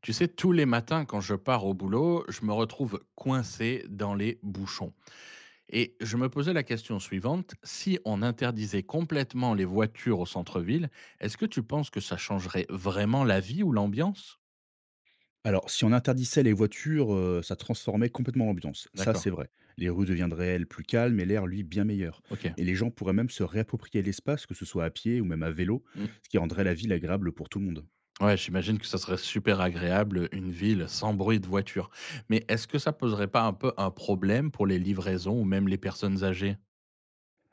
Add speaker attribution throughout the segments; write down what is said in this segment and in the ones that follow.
Speaker 1: Tu sais, tous les matins quand je pars au boulot, je me retrouve coincé dans les bouchons. Et je me posais la question suivante, si on interdisait complètement les voitures au centre-ville, est-ce que tu penses que ça changerait vraiment la vie ou l'ambiance?
Speaker 2: Alors, si on interdisait les voitures, ça transformait complètement l'ambiance. Ça,
Speaker 1: D'accord,
Speaker 2: c'est vrai. Les rues deviendraient, elles, plus calmes et l'air, lui, bien meilleur.
Speaker 1: ok.
Speaker 2: Et les gens pourraient même se réapproprier l'espace, que ce soit à pied ou même à vélo,
Speaker 1: Mm.
Speaker 2: ce qui rendrait la ville agréable pour tout le monde.
Speaker 1: Ouais, j'imagine que ça serait super agréable, une ville sans bruit de voiture. Mais est-ce que ça poserait pas un peu un problème pour les livraisons ou même les personnes âgées?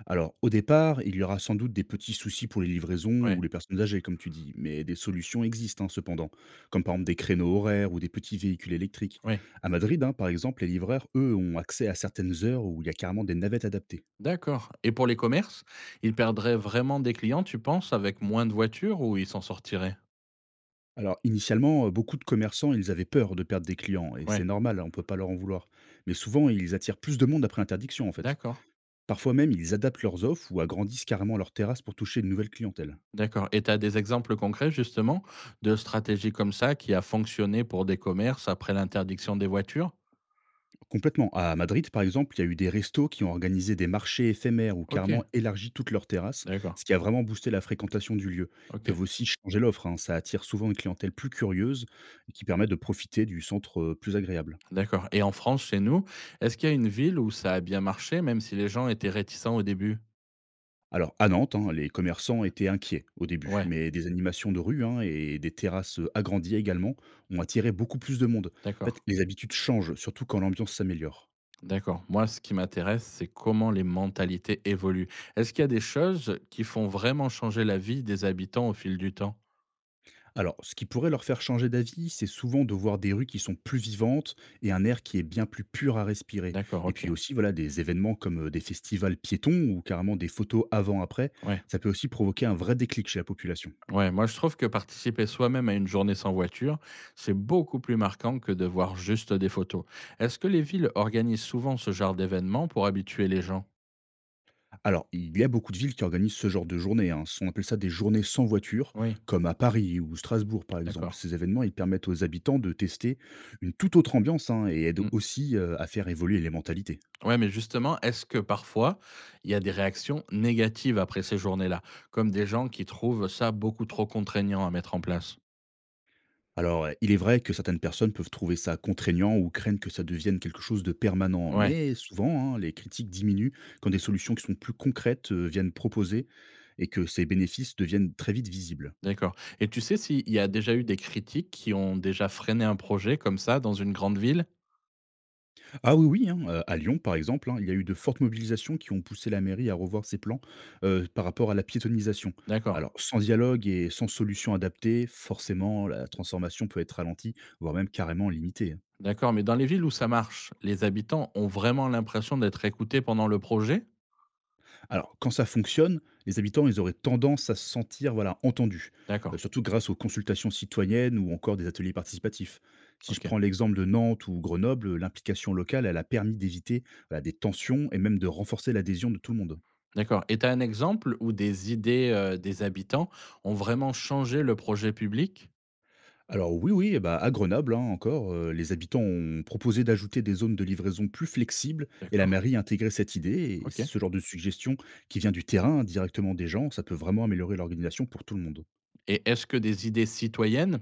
Speaker 2: Alors, au départ, il y aura sans doute des petits soucis pour les livraisons ou
Speaker 1: Ouais,
Speaker 2: les personnes âgées, comme tu dis, mais des solutions existent, hein, cependant, comme par exemple des créneaux horaires ou des petits véhicules électriques.
Speaker 1: ouais.
Speaker 2: À Madrid, hein, par exemple, les livreurs, eux, ont accès à certaines heures où il y a carrément des navettes adaptées.
Speaker 1: D'accord et pour les commerces, ils perdraient vraiment des clients, tu penses, avec moins de voitures ou ils s'en sortiraient?
Speaker 2: Alors, initialement, beaucoup de commerçants, ils avaient peur de perdre des clients et c'est
Speaker 1: Ouais,
Speaker 2: normal, hein, on ne peut pas leur en vouloir. Mais souvent, ils attirent plus de monde après interdiction, en fait.
Speaker 1: d'accord,
Speaker 2: Parfois même, ils adaptent leurs offres ou agrandissent carrément leurs terrasses pour toucher une nouvelle clientèle.
Speaker 1: d'accord et tu as des exemples concrets, justement, de stratégies comme ça qui a fonctionné pour des commerces après l'interdiction des voitures?
Speaker 2: Complètement. À Madrid, par exemple, il y a eu des restos qui ont organisé des marchés éphémères ou
Speaker 1: OK,
Speaker 2: carrément élargi toutes leurs terrasses,
Speaker 1: d'accord,
Speaker 2: ce qui a vraiment boosté la fréquentation du lieu. Ils
Speaker 1: OK,
Speaker 2: peuvent aussi changer l'offre, hein, ça attire souvent une clientèle plus curieuse et qui permet de profiter du centre, plus agréable.
Speaker 1: d'accord et en France, chez nous, est-ce qu'il y a une ville où ça a bien marché, même si les gens étaient réticents au début?
Speaker 2: Alors, à Nantes, hein, les commerçants étaient inquiets au début,
Speaker 1: Ouais,
Speaker 2: mais des animations de rue hein, et des terrasses agrandies également ont attiré beaucoup plus de monde. En fait,
Speaker 1: d'accord.
Speaker 2: les habitudes changent, surtout quand l'ambiance s'améliore.
Speaker 1: D'accord. Moi, ce qui m'intéresse, c'est comment les mentalités évoluent. Est-ce qu'il y a des choses qui font vraiment changer la vie des habitants au fil du temps?
Speaker 2: Alors, ce qui pourrait leur faire changer d'avis, c'est souvent de voir des rues qui sont plus vivantes et un air qui est bien plus pur à respirer.
Speaker 1: D'accord,
Speaker 2: Et puis
Speaker 1: ok.
Speaker 2: aussi, voilà, des événements comme des festivals piétons ou carrément des photos avant-après,
Speaker 1: Ouais.
Speaker 2: ça peut aussi provoquer un vrai déclic chez la population.
Speaker 1: Ouais, moi je trouve que participer soi-même à une journée sans voiture, c'est beaucoup plus marquant que de voir juste des photos. Est-ce que les villes organisent souvent ce genre d'événements pour habituer les gens?
Speaker 2: Alors, il y a beaucoup de villes qui organisent ce genre de journées, hein. On appelle ça des journées sans voiture,
Speaker 1: Oui,
Speaker 2: comme à Paris ou Strasbourg, par exemple.
Speaker 1: d'accord.
Speaker 2: Ces événements, ils permettent aux habitants de tester une toute autre ambiance hein, et aident
Speaker 1: Mm.
Speaker 2: aussi à faire évoluer les mentalités.
Speaker 1: Ouais, mais justement, est-ce que parfois il y a des réactions négatives après ces journées-là, comme des gens qui trouvent ça beaucoup trop contraignant à mettre en place?
Speaker 2: Alors, il est vrai que certaines personnes peuvent trouver ça contraignant ou craignent que ça devienne quelque chose de permanent,
Speaker 1: Ouais.
Speaker 2: mais souvent, hein, les critiques diminuent quand des solutions qui sont plus concrètes viennent proposer et que ces bénéfices deviennent très vite visibles.
Speaker 1: D'accord et tu sais s'il y a déjà eu des critiques qui ont déjà freiné un projet comme ça dans une grande ville?
Speaker 2: Ah oui, oui, hein, à Lyon, par exemple, hein, il y a eu de fortes mobilisations qui ont poussé la mairie à revoir ses plans, par rapport à la piétonnisation.
Speaker 1: D'accord,
Speaker 2: Alors, sans dialogue et sans solution adaptée, forcément, la transformation peut être ralentie, voire même carrément limitée, hein.
Speaker 1: d'accord, mais dans les villes où ça marche, les habitants ont vraiment l'impression d'être écoutés pendant le projet?
Speaker 2: Alors, quand ça fonctionne, les habitants, ils auraient tendance à se sentir, voilà, entendus,
Speaker 1: D'accord,
Speaker 2: surtout grâce aux consultations citoyennes ou encore des ateliers participatifs. Si je
Speaker 1: OK.
Speaker 2: prends l'exemple de Nantes ou Grenoble, l'implication locale, elle a permis d'éviter, voilà, des tensions et même de renforcer l'adhésion de tout le monde.
Speaker 1: D'accord et tu as un exemple où des idées, des habitants ont vraiment changé le projet public?
Speaker 2: Alors oui, oui, eh bah, à Grenoble, hein, encore, les habitants ont proposé d'ajouter des zones de livraison plus flexibles et la
Speaker 1: D'accord,
Speaker 2: mairie a intégré cette idée et
Speaker 1: OK
Speaker 2: ce genre de suggestion qui vient du terrain, directement des gens, ça peut vraiment améliorer l'organisation pour tout le monde.
Speaker 1: et est-ce que des idées citoyennes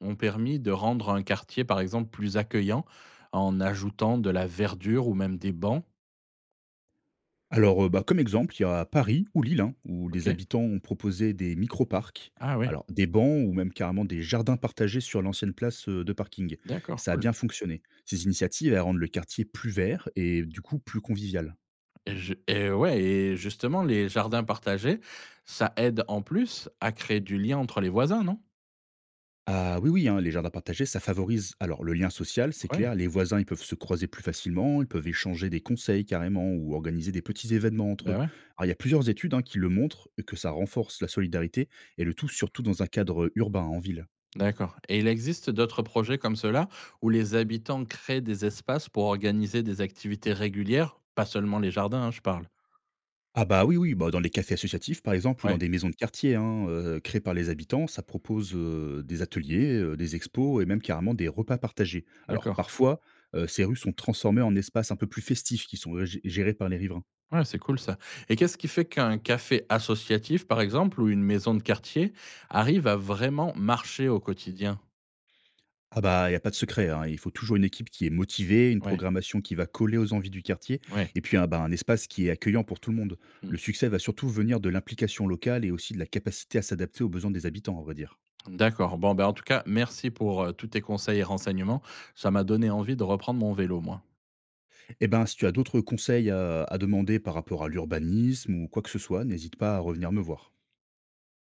Speaker 1: ont permis de rendre un quartier, par exemple, plus accueillant en ajoutant de la verdure ou même des bancs?
Speaker 2: Alors, bah, comme exemple, il y a Paris ou Lille, hein, où les
Speaker 1: OK.
Speaker 2: habitants ont proposé des micro-parcs,
Speaker 1: Ah ouais,
Speaker 2: alors des bancs ou même carrément des jardins partagés sur l'ancienne place, de parking.
Speaker 1: d'accord,
Speaker 2: Ça a
Speaker 1: cool.
Speaker 2: bien fonctionné. Ces initiatives, elles rendent le quartier plus vert et du coup plus convivial.
Speaker 1: Et ouais et justement les jardins partagés, ça aide en plus à créer du lien entre les voisins, non?
Speaker 2: Ah oui, oui, hein, les jardins partagés, ça favorise alors le lien social, c'est
Speaker 1: Ouais,
Speaker 2: clair. Les voisins, ils peuvent se croiser plus facilement, ils peuvent échanger des conseils carrément ou organiser des petits événements entre eux.
Speaker 1: ben ouais,
Speaker 2: Alors il y a plusieurs études hein, qui le montrent que ça renforce la solidarité et le tout surtout dans un cadre urbain en ville.
Speaker 1: d'accord et il existe d'autres projets comme ceux-là où les habitants créent des espaces pour organiser des activités régulières? Pas seulement les jardins, hein, je parle.
Speaker 2: Ah bah oui, oui, bah dans les cafés associatifs par exemple ou dans
Speaker 1: Ouais,
Speaker 2: des maisons de quartier hein, créées par les habitants, ça propose des ateliers, des expos et même carrément des repas partagés. Alors
Speaker 1: d'accord.
Speaker 2: parfois, ces rues sont transformées en espaces un peu plus festifs qui sont gérés par les riverains.
Speaker 1: Ouais, c'est cool ça et qu'est-ce qui fait qu'un café associatif, par exemple, ou une maison de quartier arrive à vraiment marcher au quotidien?
Speaker 2: Ah bah, il y a pas de secret, hein. Il faut toujours une équipe qui est motivée, une
Speaker 1: Ouais,
Speaker 2: programmation qui va coller aux envies du quartier,
Speaker 1: ouais.
Speaker 2: et puis un, bah, un espace qui est accueillant pour tout le monde. Le
Speaker 1: Mmh.
Speaker 2: succès va surtout venir de l'implication locale et aussi de la capacité à s'adapter aux besoins des habitants, à vrai dire.
Speaker 1: D'accord. Bon, ben, en tout cas, merci pour, tous tes conseils et renseignements. Ça m'a donné envie de reprendre mon vélo, moi.
Speaker 2: Eh ben, si tu as d'autres conseils à demander par rapport à l'urbanisme ou quoi que ce soit, n'hésite pas à revenir me voir.